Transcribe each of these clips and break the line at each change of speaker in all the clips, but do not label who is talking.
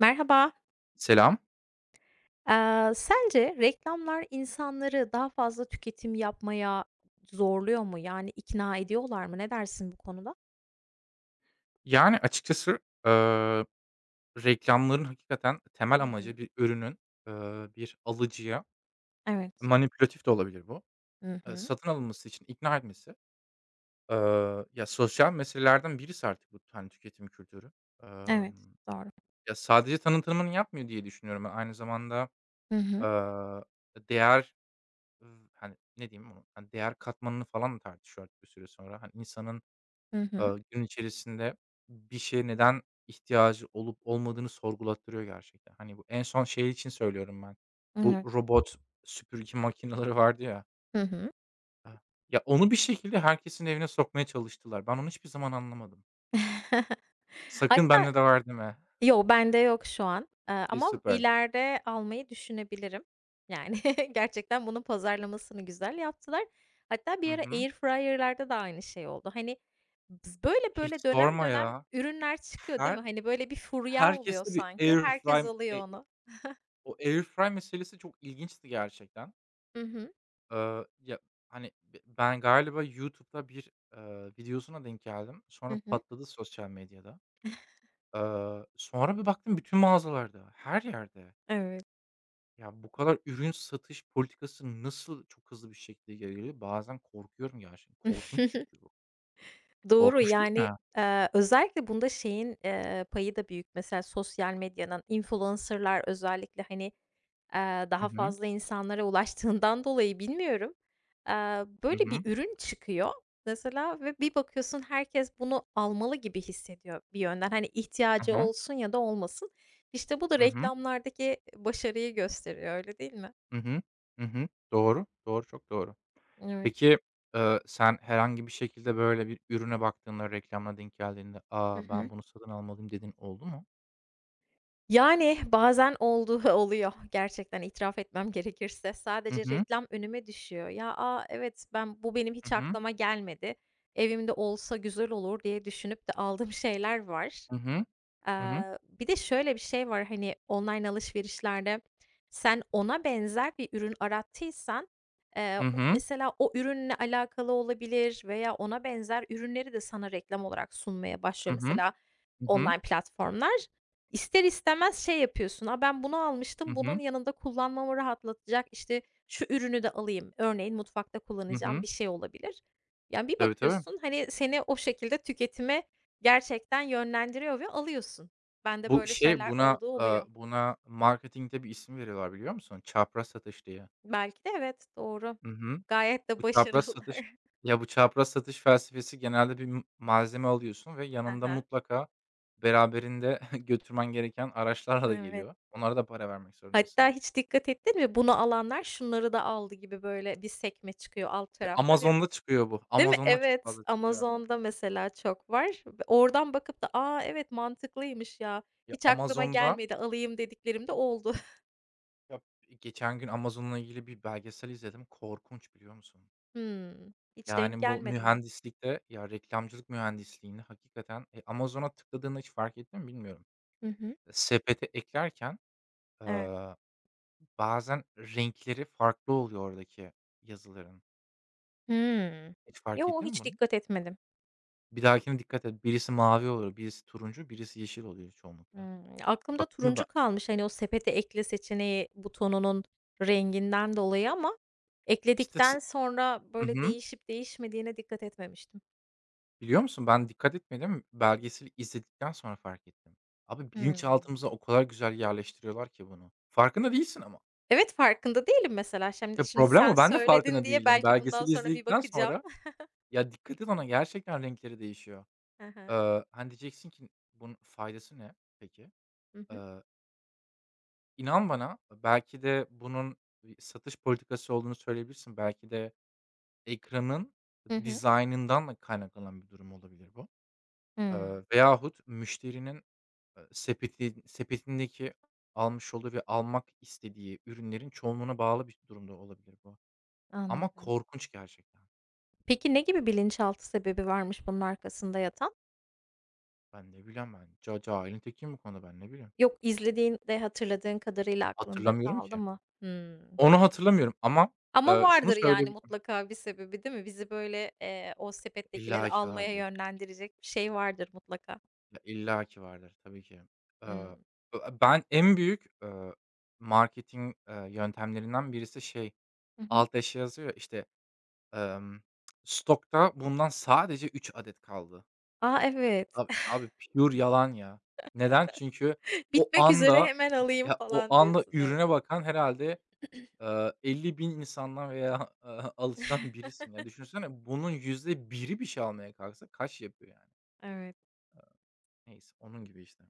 Merhaba.
Selam.
Sence reklamlar insanları daha fazla tüketim yapmaya zorluyor mu? Yani ikna ediyorlar mı? Ne dersin bu konuda?
Yani, açıkçası, eee, reklamların hakikaten temel
Hı hı.
amacı bir ürünün, bir alıcıya
Evet.
manipülatif de olabilir bu,
Hı hı.
satın alınması için ikna etmesi. Ya, sosyal meselelerden birisi artık bu, hani, tüketim kültürü.
Evet.
Emm,
Doğru.
ya, sadece tanıtımını yapmıyor diye düşünüyorum ben. Aynı zamanda,
Hı hı.
eee, değer, hani, ne diyeyim, onu, hani, değer katmanını falan da tartışıyor artık bir süre sonra. Hani, insanın
Hı hı.
Eee, gün içerisinde bir şeye neden ihtiyacı olup olmadığını sorgulattırıyor gerçekten. Hani, bu en son şey için söylüyorum ben. Bu
Evet.
robot süpürge makineleri vardı ya.
Hı hı.
Ah, ya, onu bir şekilde herkesin evine sokmaya çalıştılar. Ben onu hiçbir zaman anlamadım. "Sakın
Hatta
bende de var." deme.
yo, bende yok şu an,
İyi,
ama
süper.
ileride almayı düşünebilirim. Yani gerçekten bunun pazarlamasını güzel yaptılar. Hatta
Hı
bir ara
hı.
airfryer'larda da aynı şey oldu. Hani, böyle
Hiç
böyle dönem
sorma
dönem
ya.
ürünler çıkıyor, değil
Her
mi? Hani, böyle bir furya oluyor
herkeste bir
sanki. Herkes
airfry,
alıyor onu.
o airfry meselesi çok ilginçti gerçekten.
Hı hı.
Ya, hani, ben galiba YouTube'da bir, videosuna denk geldim.
Hı
Sonra
hı.
patladı sosyal medyada. Sonra bir baktım bütün mağazalarda, her yerde.
Evet.
Ya, bu kadar ürün satış politikası nasıl çok hızlı bir şekilde geliyor. Bazen korkuyorum gerçekten. Korkunç çünkü bu.
Doğru,
Korkunç değil
yani,
mi?
özellikle bunda şeyin, payı da büyük. Mesela sosyal medyanın, influencer'lar özellikle, hani,
Hı
daha
hı.
fazla insanlara ulaştığından dolayı bilmiyorum. Eee,
Hı
Böyle bir
hı.
ürün çıkıyor mesela ve bir bakıyorsun herkes bunu almalı gibi hissediyor bir yönden. Hani
Hı
ihtiyacı
hı.
olsun ya da olmasın. İşte bu da
Hı hı.
reklamlardaki başarıyı gösteriyor, öyle değil mi?
Hı hı. Hı hı. Doğru, doğru, çok doğru.
Evet.
Peki, sen herhangi bir şekilde, böyle, bir ürüne baktığında, reklamına denk geldiğinde,
Hı hı.
"Ben bunu satın almalıyım." dediğin oldu mu?
Yani bazen olduğu oluyor gerçekten itiraf etmem gerekirse.
Hı
Sadece
hı.
reklam önüme düşüyor. Ya, a, evet ben bu benim
Hı
hiç
hı.
aklıma gelmedi. Evimde olsa güzel olur diye düşünüp de aldığım şeyler var.
Hı hı. Hı hı.
Bir de şöyle bir şey var, hani, online alışverişlerde sen ona benzer bir ürün arattıysan,
Hı
o
hı.
mesela o ürünle alakalı olabilir veya ona benzer ürünleri de sana reklam olarak sunmaya başlıyor
Hı hı.
mesela
Hı hı.
online platformlar. İster istemez şey yapıyorsun, "A, ben bunu
Hı
almıştım, bunun
hı.
yanında kullanmamı rahatlatacak, işte, şu ürünü de alayım." Örneğin mutfakta
Hı
kullanacağım
hı.
bir şey olabilir. Yani, bir
Tabii, tabii.
bakıyorsun, hani, seni o şekilde tüketime gerçekten yönlendiriyor ve alıyorsun. Bende
Bu
böyle
şey,
şeyler
buna,
oldu, oluyor.
buna marketingte bir isim veriyorlar, biliyor musun? Çapraz satış diye.
Belki de evet, doğru.
Hı hı.
Gayet de
Bu çapraz
başarılı.
satış bu çapraz satış felsefesi genelde bir malzeme alıyorsun ve yanında
Hı.
mutlaka beraberinde götürmen gereken araçlarla da
Evet.
geliyor. Onlara da para vermek zorundasın.
Hatta hiç dikkat ettin mi? Bunu alanlar şunları da aldı gibi böyle bir sekme çıkıyor alt
Ya,
tarafta ve
Amazon'da çıkıyor bu.
değil mi?
Amazon'da çok
Evet,
fazla çıkıyor.
Amazon'da mesela çok var. Ve oradan bakıp da, "A, evet mantıklıymış ya.
Ya,
Hiç aklıma
Amazon'da
gelmedi, alayım." dediklerim de oldu.
Ya, geçen gün Amazon'la ilgili bir belgesel izledim. Korkunç, biliyor musun?
Hımm. Hiç denk
Yani bu
gelmedim ben.
mühendislikte, ya, reklamcılık mühendisliğinde hakikaten, Amazon'a tıkladığında hiç fark ettin mi bilmiyorum.
Hı hı.
Sepete eklerken,
Evet.
eee, bazen renkleri farklı oluyor oradaki yazıların.
Hımm.
Hiç fark
Yo,
ettin mi
hiç
bunu?
dikkat etmedim.
Bir dahakine dikkat et. Birisi mavi oluyor, birisi turuncu, birisi yeşil oluyor çoğunlukla.
Hımm. Aklımda
Bak bunu
turuncu
ba
kalmış, hani, o sepete ekle seçeneği butonunun renginden dolayı ama
işte s
ekledikten sonra,
Hı
böyle,
hı.
değişip değişmediğine dikkat etmemiştim.
Biliyor musun ben dikkat etmedim, belgeseli izledikten sonra fark ettim. Abi
Hımm.
bilinçaltımıza o kadar güzel yerleştiriyorlar ki bunu. Farkında değilsin ama.
Evet, farkında değilim mesela. Şimdi
İşte
şimdi
problem
sen
o, ben de
söyledin
farkında
diye
değildim.
belki bundan
Belgeseli
sonra bir
izledikten
bakacağım.
sonra, ya dikkat et ona gerçekten renkleri değişiyor.
Hı hı.
Hani diyeceksin ki bunun faydası ne peki?
Hı hı.
Eee, inan bana belki de bunun bir satış politikası olduğunu söyleyebilirsin. Belki de ekranın
Hı hı.
dizaynından da kaynaklanan bir durum olabilir bu.
Hımm.
Veyahut müşterinin sepetindeki almış olduğu ve almak istediği ürünlerin çoğunluğuna bağlı bir durumda olabilir bu. Ama
Anladım.
korkunç gerçekten.
Peki ne gibi bilinçaltı sebebi varmış bunun arkasında yatan?
Ben ne bileyim ben. Cahilin tekiyim bu konuda ben ne bileyim.
Yok, izlediğin de hatırladığın kadarıyla aklında
Hatırlamıyorum
kaldı
ki.
mı? Hımm.
Onu hatırlamıyorum ama,
Ama
şunu
vardır yani
söyleyebilirim.
mutlaka bir sebebi değil mi? Bizi böyle, o sepettekileri
İlla ki
almaya
vardır.
yönlendirecek bir şey vardır mutlaka.
Ya, illa ki vardır tabii ki. Eee,
Imm.
ben en büyük, marketing, yöntemlerinden birisi şey,
Hı hı.
alt eşya yazıyor ya, işte, emm, "Stokta bundan sadece 3 adet kaldı."
A, evet.
Abi abi pure yalan ya. Neden? Çünkü o
Bitmek üzere
anda
hemen alayım
ya, o
falan
anda
diyorsun. Evet.
ürüne bakan herhalde 50.000 insandan veya, alıcıdan birisin. Ya, düşünsene bunun yüzde biri bir şey almaya kalksa kaç yapıyor yani?
Evet.
Neyse, onun gibi işte.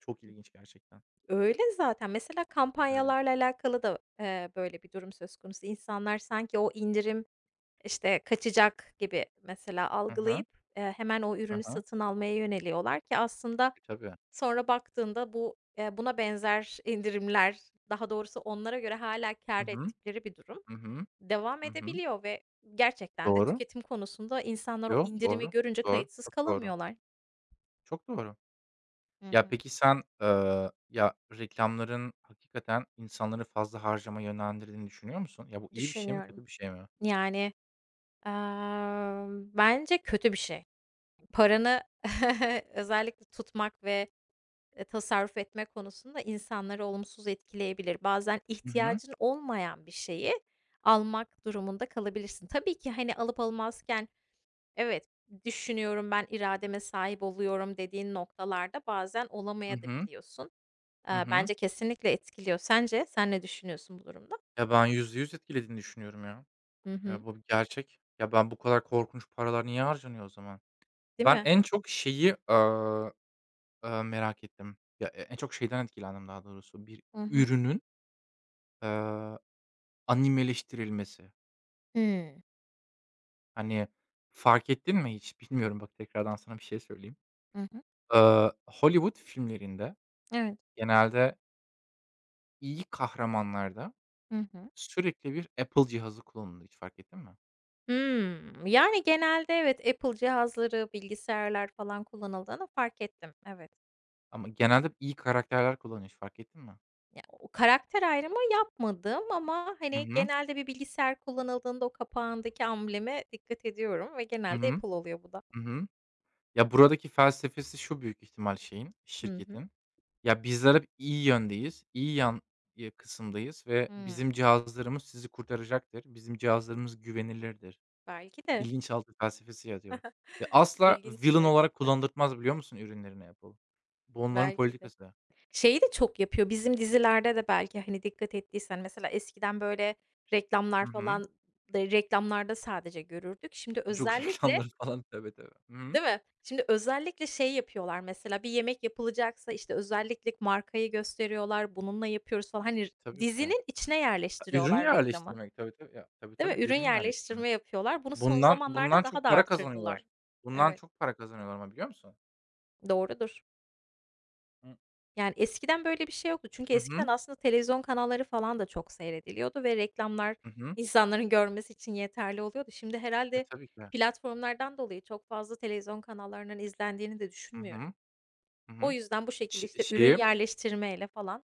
Çok ilginç gerçekten.
Öyle zaten. Mesela
Öyle.
kampanyalarla alakalı da, böyle bir durum söz konusu. İnsanlar sanki o indirim, işte, kaçacak gibi mesela
Hı hı.
algılayıp, hemen o
Hı
ürünü
hı.
satın almaya yöneliyorlar ki aslında
E, tabii.
sonra baktığında bu, buna benzer indirimler, daha doğrusu onlara göre hala kâr
Hı hı.
ettikleri bir durum
Hı hı.
devam
Hı hı.
edebiliyor ve gerçekten de
Doğru.
tüketim konusunda insanlar o
Yo,
indirimi
doğru.
görünce
Doğru.
kayıtsız
Çok doğru.
kalamıyorlar.
Çok doğru.
Hı
Ya,
hı.
peki sen, ya, reklamların hakikaten insanları fazla harcamaya yönlendirdiğini düşünüyor musun? Ya, bu iyi bir şey mi,
Düşünüyorum.
kötü bir şey mi?
Yani, bence kötü bir şey. Paranı özellikle tutmak ve tasarruf etme konusunda insanları olumsuz etkileyebilir. Bazen
Hı hı.
ihtiyacın olmayan bir şeyi almak durumunda kalabilirsin. Tabii ki, hani, alıp almazken evet, düşünüyorum, ben irademe sahip oluyorum dediğin noktalarda bazen
Hı hı.
olamayabiliyorsun.
Hı hı.
Bence kesinlikle etkiliyor. Sence? Sen ne düşünüyorsun bu durumda?
Ya, ben %100 etkilediğini düşünüyorum ya.
Hı
Ya,
hı.
bu bir gerçek. Ya, ben bu kadar korkunç paralar niye harcanıyor o zaman?
Değil
Ben
mi?
en çok şeyi, merak ettim. Ya, en çok şeyden etkilendim daha doğrusu. Bir
Hı hı.
ürünün, eee, animeleştirilmesi.
Hımm.
Hani, fark ettin mi hiç? Bilmiyorum, bak tekrardan sana bir şey söyleyeyim.
Hı hı.
Hollywood filmlerinde
Evet.
genelde iyi kahramanlarda
Hı hı.
sürekli bir Apple cihazı kullanılır, hiç fark ettin mi?
Hımm. Yani, genelde evet, Apple cihazları, bilgisayarlar falan kullanıldığını fark ettim. Evet.
Ama genelde iyi karakterler kullanıyor, hiç fark ettin mi?
Ya, o karakter ayrımı yapmadım ama,
Hı
hani,
hı.
genelde bir bilgisayar kullanıldığında o kapağındaki ambleme dikkat ediyorum ve
Hı
genelde
hı.
Apple oluyor bu da.
Hı hı. Ya, buradaki felsefesi şu büyük ihtimal şeyin,
Hı hı.
şirketin. Ya, bizler hep iyi yöndeyiz, iyi yan kısımdayız ve
Hımm.
bizim cihazlarımız sizi kurtaracaktır. Bizim cihazlarımız güvenilirdir.
Belki de.
Bilinçaltı felsefesi yatıyor ve asla
İlginç
villain olarak
gerçekten.
kullandırtmaz biliyor musun ürünlerini Apple? Bu onların
Belki de.
politikası.
Şeyi de çok yapıyor, bizim dizilerde de belki, hani, dikkat ettiysen mesela eskiden, böyle,
Hı
reklamlar
hı.
falan da reklamlarda sadece görürdük. Şimdi
Sucuk
özellikle
reklamları falan. Tabii, tabii. Hı hı.
değil mi? Şimdi özellikle şey yapıyorlar mesela bir yemek yapılacaksa, işte, özellikle markayı gösteriyorlar, bununla yapıyoruz falan. Hani,
Tabii ki.
dizinin içine
Ürün
yerleştiriyorlar reklamı,
yerleştirmek. Tabii, tabii. Ya, tabii,
değil
tabii.
mi? Ürün
Ürün yerleştirmek.
yerleştirme yapıyorlar. Bunu son
Bundan
zamanlarda
bundan
daha
çok
da
para
artırdılar.
kazanıyorlar. Bundan
Evet,
çok para kazanıyorlar ama biliyor musun?
doğrudur.
Hı.
Yani, eskiden böyle bir şey yoktu. Çünkü
Hı
eskiden
hı.
aslında televizyon kanalları falan da çok seyrediliyordu ve reklamlar
Hı hı.
insanların görmesi için yeterli oluyordu. Şimdi
E,
herhalde
tabii ki.
platformlardan dolayı çok fazla televizyon kanallarının izlendiğini de
Hı
düşünmüyorum.
hı. Hı
O
hı.
yüzden bu şekilde,
Ş
işte, ürün
şeyi
yerleştirmeyle falan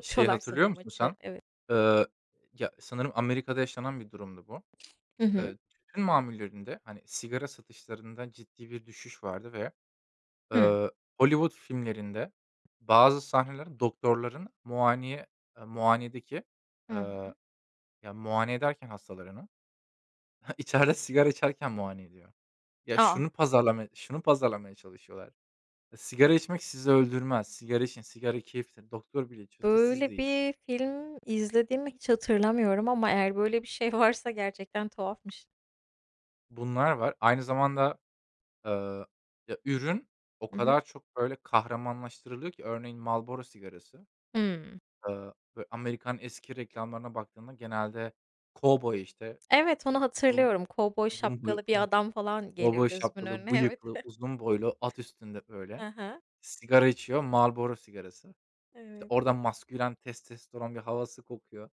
şeyi hatırlıyor
sanırım
musun
açığı.
sen?
Evet.
Eee, ya, sanırım Amerika'da yaşanan bir durumdu bu.
Hı hı.
Tütün mamullerinde, hani, sigara satışlarında ciddi bir düşüş vardı ve
Hıı.
Eee, Hollywood filmlerinde bazı sahneler doktorların eee, muayenedeki,
Hı hı.
eee, muayene ederken hastalarını içeride sigara içerken muayene ediyor. Ya,
A!
şunu pazarlamaya çalışıyorlar. E, sigara içmek sizi öldürmez. Sigara için, sigara keyiftir. Doktor bile içiyorsa siz de
Böyle
için.
bir film izlediğimi hiç hatırlamıyorum ama eğer böyle bir şey varsa gerçekten tuhafmış.
Bunlar var. Aynı zamanda, eee, ya, ürün o
Hı hı.
kadar çok böyle kahramanlaştırılıyor ki örneğin Marlboro sigarası.
Hımm.
Böyle Amerikan eski reklamlarına baktığında genelde kovboy işte,
Evet, onu
işte uzun
hatırlıyorum. Kovboy
uzun boyu
şapkalı bir adam falan geliyor
kovboy
gözümün
şapkalı,
önüne. Evet.
bıyıklı, uzun boylu, at üstünde böyle
Hı hı.
sigara içiyor, Marlboro sigarası. İşte
Evet.
oradan maskülen, testosteron bir havası kokuyor.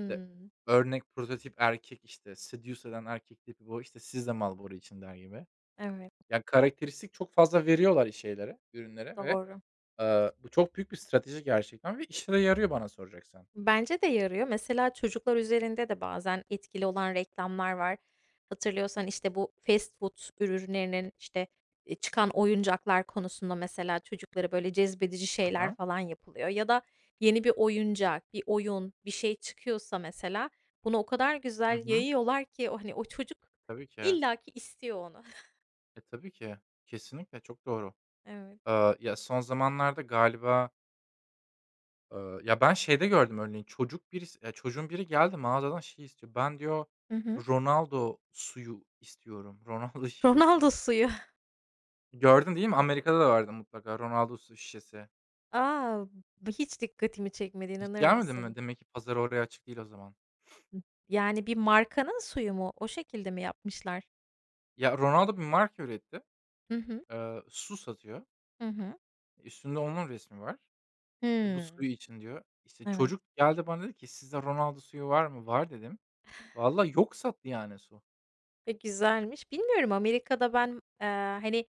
İşte örnek prototip erkek işte, seduce eden erkek tipi bu, işte "Siz de Marlboro için." der gibi.
Evet,
Yani karakteristik çok fazla veriyorlar şeylere, ürünlere ve,
doğru.
bu çok büyük bir strateji gerçekten ve işe de yarıyor bana soracaksan.
Bence de yarıyor. Mesela çocuklar üzerinde de bazen etkili olan reklamlar var. Hatırlıyorsan işte bu fast food ürünlerinin işte, çıkan oyuncaklar konusunda mesela çocuklara böyle cezbedici şeyler
Hı.
falan yapılıyor ya da yeni bir oyuncak, bir oyun, bir şey çıkıyorsa mesela bunu o kadar
Hı
güzel
hı.
yayıyorlar ki o, hani, o çocuk
Tabii ki.
illaki istiyor onu.
E, tabii ki. Kesinlikle, çok doğru.
Evet.
Ya, son zamanlarda galiba, ya, ben şeyde gördüm örneğin çocuk birisi ya, çocuğun biri geldi mağazadan şey istiyor. Ben diyor,
Hı hı.
Ronaldo suyu istiyorum. Ronaldo şişesi.
Ronaldo suyu.
Gördün değil mi? Amerika'da da vardı mutlaka Ronaldo su şişesi.
A! Bu hiç dikkatimi çekmedi,
Hiç
inanır
gelmedin mi?
mısın?
Demek ki pazar oraya açık değil o zaman.
Yani bir markanın suyu mu? O şekilde mi yapmışlar?
Ya, Ronaldo bir marka üretti.
Hı hı.
Su satıyor.
Hı hı.
Üstünde onun resmi var. İşte, "Bu
Hımm.
suyu için." diyor. İşte,
Evet.
çocuk geldi bana dedi ki, "Sizde Ronaldo suyu var mı?" "Var." dedim. Vallahi yok sattı yani su.
E, güzelmiş. Bilmiyorum Amerika'da ben, eee, hani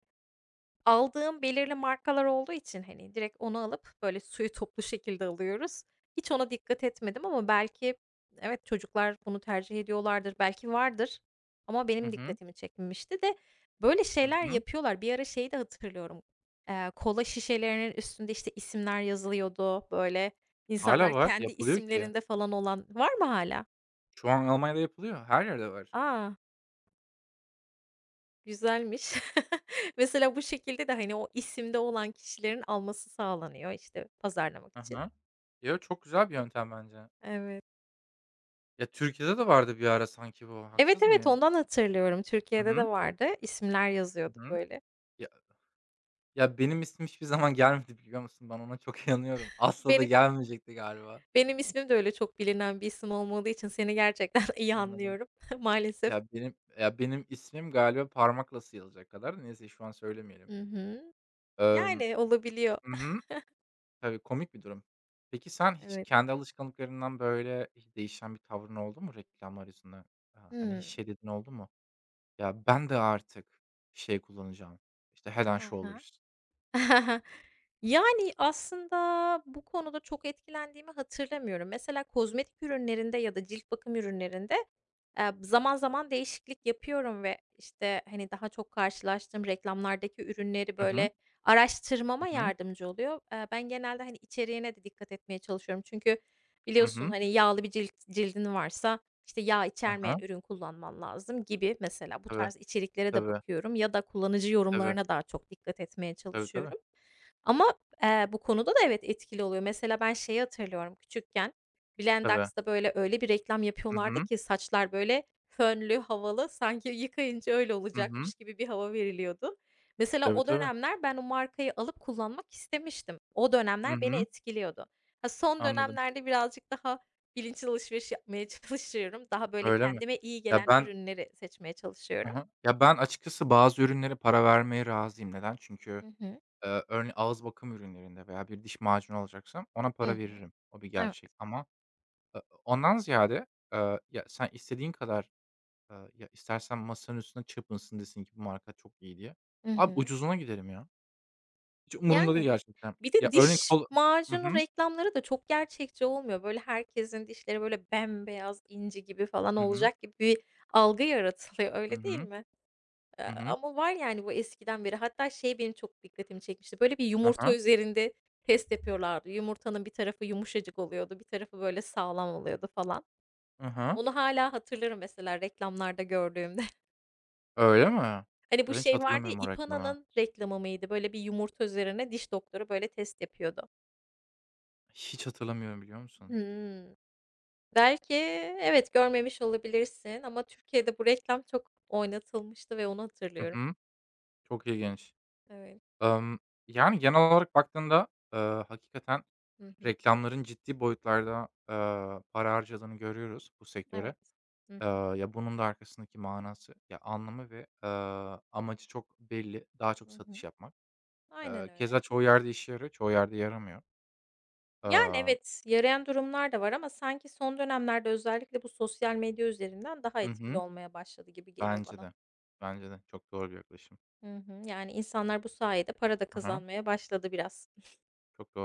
aldığım belirli markalar olduğu için, hani, direkt onu alıp, böyle, suyu toplu şekilde alıyoruz. Hiç ona dikkat etmedim ama belki evet, çocuklar bunu tercih ediyorlardır, belki vardır ama
Hı
benim
hı.
dikkatimi çekmemişti de böyle
Hı
şeyler
hı.
yapıyorlar. Bir ara şeyi de hatırlıyorum, kola şişelerinin üstünde, işte, isimler yazılıyordu, böyle,
Hâlâ
insanlar
var,
kendi
yapılıyor ki.
isimlerinde falan olan var mı hala.
Şu an Almanya'da yapılıyor, her yerde var.
A! Güzelmiş. Mesela bu şekilde de, hani, o isimde olan kişilerin alması sağlanıyor, işte, pazarlamak
Hı
için.
hı. Ya, çok güzel bir yöntem bence.
Evet.
Ya, Türkiye'de de vardı bir ara sanki bu,
Evet,
haksız
evet,
mıyım?
ondan hatırlıyorum.
Hı
Türkiye'de de
hı.
vardı. İsimler
Hı
yazıyordu,
hı.
böyle.
Ya ya, benim ismim hiçbir zaman gelmedi biliyor musun? Ben ona çok inanıyorum. Asla da
Benim
gelmeyecekti galiba.
benim ismim de öyle çok bilinen bir isim olmadığı için seni gerçekten iyi
Anladım.
anlıyorum maalesef.
Ya, benim ismim galiba parmakla sıyılacak kadar. Neyse şu an söylemeyelim.
Hı hı.
Emm
Yani olabiliyor.
Hı hı. Tabii, komik bir durum. Peki sen hiç
Evet.
kendi alışkanlıklarından, böyle, hiç değişen bir tavrın oldu mu reklamlar yüzünden? Hani, hiç
Hımm.
şey dedin oldu mu? "Ya, ben de artık şey kullanacağım, İşte Head& and
Hı.
Shoulders."
Yani, aslında bu konuda çok etkilendiğimi hatırlamıyorum. Mesela kozmetik ürünlerinde ya da cilt bakım ürünlerinde zaman zaman değişiklik yapıyorum ve, işte, hani, daha çok karşılaştığım reklamlardaki ürünleri,
Hı hı.
böyle,
Hı
araştırmama
hı.
yardımcı oluyor. Ben genelde, hani, içeriğine de dikkat etmeye çalışıyorum. Çünkü
Hı
biliyorsun,
hı.
hani, yağlı bir cildin varsa, işte, yağ
Hı.
içermeyen ürün kullanman lazım gibi mesela bu
Tabii,
tarz içeriklere de
tabii,
bakıyorum ya da kullanıcı
tabii.
yorumlarına daha çok dikkat etmeye
Tabii, tabii.
çalışıyorum. Ama, bu konuda da evet etkili oluyor. Mesela ben şeyi hatırlıyorum küçükken
Tabii.
Blendax'da, böyle, öyle bir reklam
Hı
yapıyorlardı
hı.
ki saçlar, böyle, fönlü, havalı, sanki yıkayınca öyle
Hı hı.
olacakmış gibi bir hava veriliyordu. Mesela
Tabii,
o
tabii.
dönemler ben o markayı alıp kullanmak istemiştim. O
Hı
dönemler beni
hı.
etkiliyordu. Ha, son
Anladım.
dönemlerde birazcık daha bilinçli alışveriş yapmaya çalışıyorum. Daha, böyle,
Öyle mi?
kendime iyi
Ya,
gelen
ben.
ürünleri seçmeye çalışıyorum.
Hı. Ya, ben açıkçası bazı ürünlere para vermeye razıyım. Neden? Çünkü
Hı hı.
Örne ağız bakım ürünlerinde veya bir diş macunu alacaksam ona
Hı
para
hı.
veririm. O bir
Evet.
gerçek ama, ondan ziyade, ya, sen istediğin kadar, ya, istersen masanın üstüne çırpınsın desin ki bu marka çok iyi diye.
Hı
Abi
hı.
ucuzuna giderim ya. Hiç umurumda değil
Yani.
gerçekten.
Bir
Ya,
de
örneğin
diş
Hı
macunu
hı.
reklamları da çok gerçekçi olmuyor. Böyle herkesin dişleri böyle bembeyaz, inci gibi falan
Hı hı.
olacak gibi bir algı yaratılıyor,
Hı
öyle değil
hı.
mi?
Hı hı.
Ama var yani bu eskiden beri. Hatta şey benim çok dikkatimi çekmişti. Böyle bir
Hı
yumurta
hı.
üzerinde test yapıyorlardı. Yumurtanın bir tarafı yumuşacık oluyordu, bir tarafı böyle sağlam oluyordu falan.
Hı hı.
Onu hala hatırlarım mesela reklamlarda gördüğümde.
Öyle mi?
Hani bu
Ben hiç
şey vardı ya,
hatırlamıyorum o reklamı.
Ipana'nın reklamı mıydı? Böyle bir yumurta üzerine diş doktoru böyle test yapıyordu.
Hiç hatırlamıyorum biliyor musun?
Hıı. Belki, evet, görmemiş olabilirsin ama Türkiye'de bu reklam çok oynatılmıştı ve onu
Hı
hatırlıyorum.
hı. Çok ilginç.
Evet.
Emm, yani genel olarak baktığında, eee, hakikaten
Hı hı.
reklamların ciddi boyutlarda, para harcadığını görüyoruz bu sektöre.
Evet. Hı
Eee,
hı.
ya, bunun da arkasındaki manası, ya, anlamı ve, amacı çok belli. Daha
Hı
çok
hı.
satış yapmak.
Aynen öyle.
Keza çoğu yerde işe yarıyor, çoğu yerde yaramıyor.
Yani,
Eee
evet, yarayan durumlar da var ama sanki son dönemlerde özellikle bu sosyal medya üzerinden daha
Hı
etkili
hı.
olmaya başladı gibi geliyor
Bence
bana.
de. Bence de. Çok doğru bir yaklaşım.
Hı hı. Yani, insanlar bu sayede para da
Hı.
kazanmaya başladı biraz.
Çok doğru.